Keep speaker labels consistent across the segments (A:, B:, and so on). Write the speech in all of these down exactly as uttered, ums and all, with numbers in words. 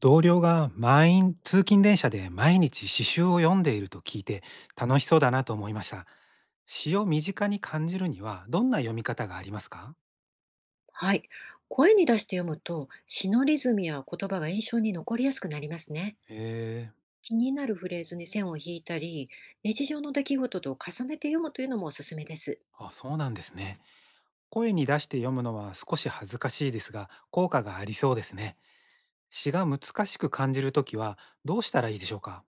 A: 同僚が満員通勤電車で毎日詩集を読んでいると聞いて、楽しそうだなと思いました。詩を身近に感じるにはどんな読み方がありますか？
B: はい。声に出して読むと、詩のリズムや言葉が印象に残りやすくなりますね。
A: へえ。
B: 気になるフレーズに線を引いたり、日常の出来事と重ねて読むというのもおすすめです。
A: あ、そうなんですね。声に出して読むのは少し恥ずかしいですが効果がありそうですね。詩が難しく感じるときはどうしたらいいでしょうか？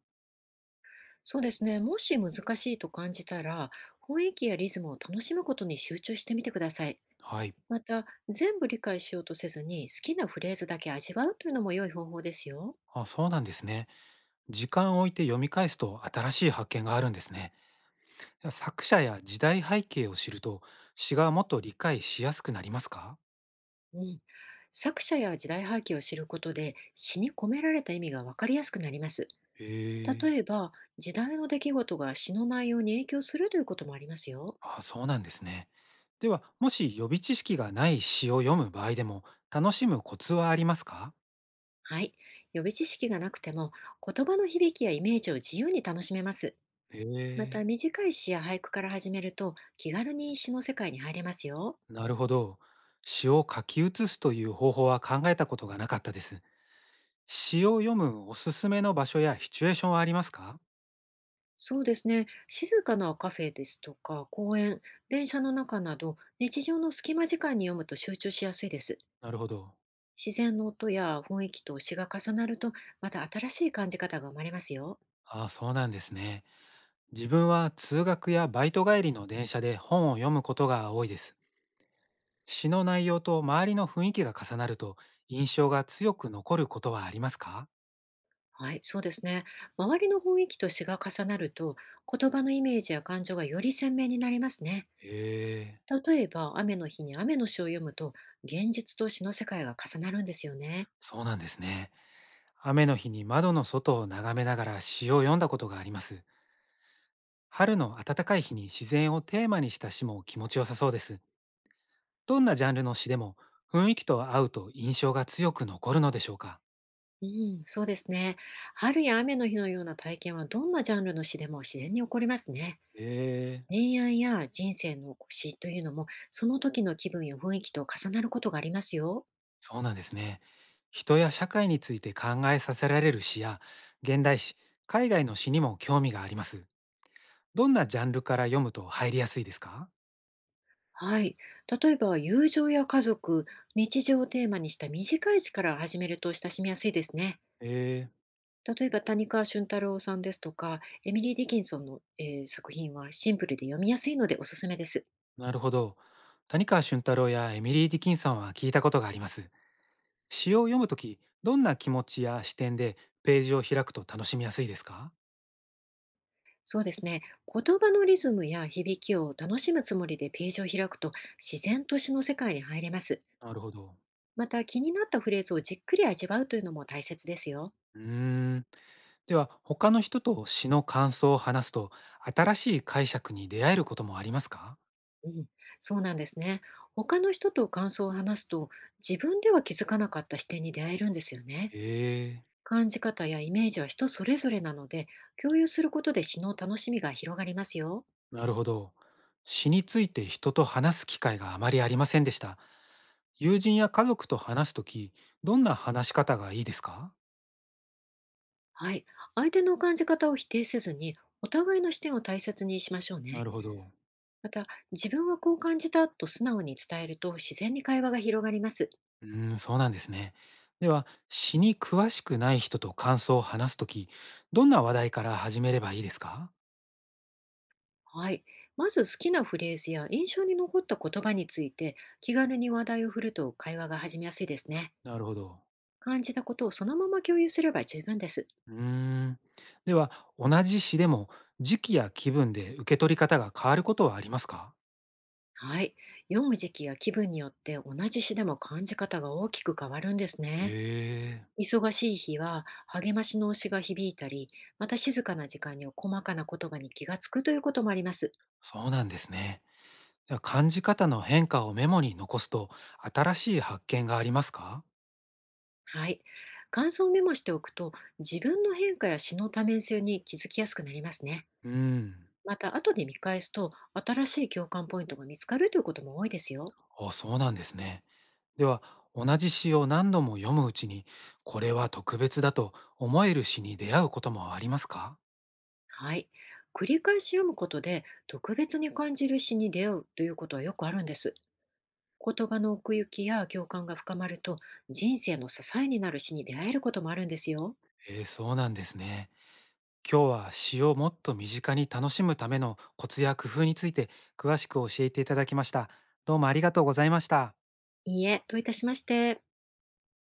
B: そうですね。もし難しいと感じたら、雰囲気やリズムを楽しむことに集中してみてください。
A: はい。
B: また、全部理解しようとせずに、好きなフレーズだけ味わうというのも良い方法ですよ。
A: あ、そうなんですね。時間を置いて読み返すと新しい発見があるんですね。作者や時代背景を知ると詩がもっと理解しやすくなりますか？
B: うん。作者や時代背景を知ることで、詩に込められた意味がわかりやすくなります。
A: へえ。
B: 例えば、時代の出来事が詩の内容に影響するということもありますよ。
A: ああ、そうなんですね。では、もし予備知識がない詩を読む場合でも楽しむコツはありますか？
B: はい。予備知識がなくても、言葉の響きやイメージを自由に楽しめます。
A: へ
B: また、
A: え。
B: 短い詩や俳句から始めると、気軽に詩の世界に入れますよ。
A: なるほど。詩を書き写すという方法は考えたことがなかったです。詩を読むおすすめの場所やシチュエーションはありますか？
B: そうですね。静かなカフェですとか、公園、電車の中など、日常の隙間時間に読むと集中しやすいです。
A: なるほど。
B: 自然の音や雰囲気と詩が重なると、また新しい感じ方が生まれますよ。
A: ああ、そうなんですね。自分は通学やバイト帰りの電車で本を読むことが多いです。詩の内容と周りの雰囲気が重なると印象が強く残ることはありますか？
B: はい、そうですね。周りの雰囲気と詩が重なると、言葉のイメージや感情がより鮮明になりますね。
A: へえ、
B: 例えば、雨の日に雨の詩を読むと、現実と詩の世界が重なるんですよね。
A: そうなんですね。雨の日に窓の外を眺めながら詩を読んだことがあります。春の暖かい日に自然をテーマにした詩も気持ちよさそうです。どんなジャンルの詩でも雰囲気と合うと印象が強く残るのでしょうか？
B: うん、そうですね。春や雨の日のような体験は、どんなジャンルの詩でも自然に起こりますね。
A: へえ、
B: 恋愛や人生の詩というのも、その時の気分や雰囲気と重なることがありますよ。
A: そうなんですね。人や社会について考えさせられる詩や現代詩、海外の詩にも興味があります。どんなジャンルから読むと入りやすいですか？
B: はい。例えば、友情や家族、日常をテーマにした短い詩から始めると親しみやすいですね。
A: え
B: 例えば谷川俊太郎さんですとか、エミリー・ディキンソンの、えー作品はシンプルで読みやすいのでおすすめです。
A: ー、なるほど。谷川俊太郎やエミリー・ディキンソンは聞いたことがあります。詩を読むとき、どんな気持ちや視点でページを開くと楽しみやすいですか？
B: そうですね。言葉のリズムや響きを楽しむつもりでページを開くと、自然と詩の世界に入れます。
A: なるほど。
B: また気になったフレーズをじっくり味わうというのも大切ですよ。
A: うーん。では、他の人と詩の感想を話すと、新しい解釈に出会えることもありますか？
B: うん、そうなんですね。他の人と感想を話すと、自分では気づかなかった視点に出会えるんですよね。
A: ええ。
B: 感じ方やイメージは人それぞれなので、共有することで詩の楽しみが広がりますよ。
A: なるほど。詩について人と話す機会があまりありませんでした。友人や家族と話すとき、どんな話し方がいいですか？
B: はい。相手の感じ方を否定せずに、お互いの視点を大切にしましょう
A: な
B: ね。
A: るほど。
B: また、自分はこう感じたと素直に伝えると自然に会話が広がります。
A: うーん、そうなんですね。では、詩に詳しくない人と感想を話すとき、どんな話題から始めればいいですか？
B: はい。まず好きなフレーズや印象に残った言葉について気軽に話題を振ると会話が始めやすいですね。
A: なるほど。
B: 感じたことをそのまま共有すれば十分です。
A: うーん。では、同じ詩でも時期や気分で受け取り方が変わることはありますか？
B: はい。読む時期や気分によって同じ詩でも感じ方が大きく変わるんです
A: へ
B: ね。
A: え、
B: 忙しい日は励ましの推しが響いたり、また静かな時間に細かな言葉に気がつくということもあります。
A: そうなんですね。感じ方の変化をメモに残すと新しい発見がありますか？
B: はい。感想をメモしておくと、自分の変化や詩の多面性に気づきやすくなりますね。
A: うん。
B: また、後で見返すと、新しい共感ポイントが見つかるということも多いですよ。
A: あ、そうなんですね。では、同じ詩を何度も読むうちに、これは特別だと思える詩に出会うこともありますか？
B: はい。繰り返し読むことで、特別に感じる詩に出会うということはよくあるんです。言葉の奥行きや共感が深まると、人生の支えになる詩に出会えることもあるんですよ。
A: えー、そうなんですね。今日は詩をもっと身近に楽しむためのコツや工夫について詳しく教えていただきました。どうもありがとうございました。
B: いいえ、どういたしまして。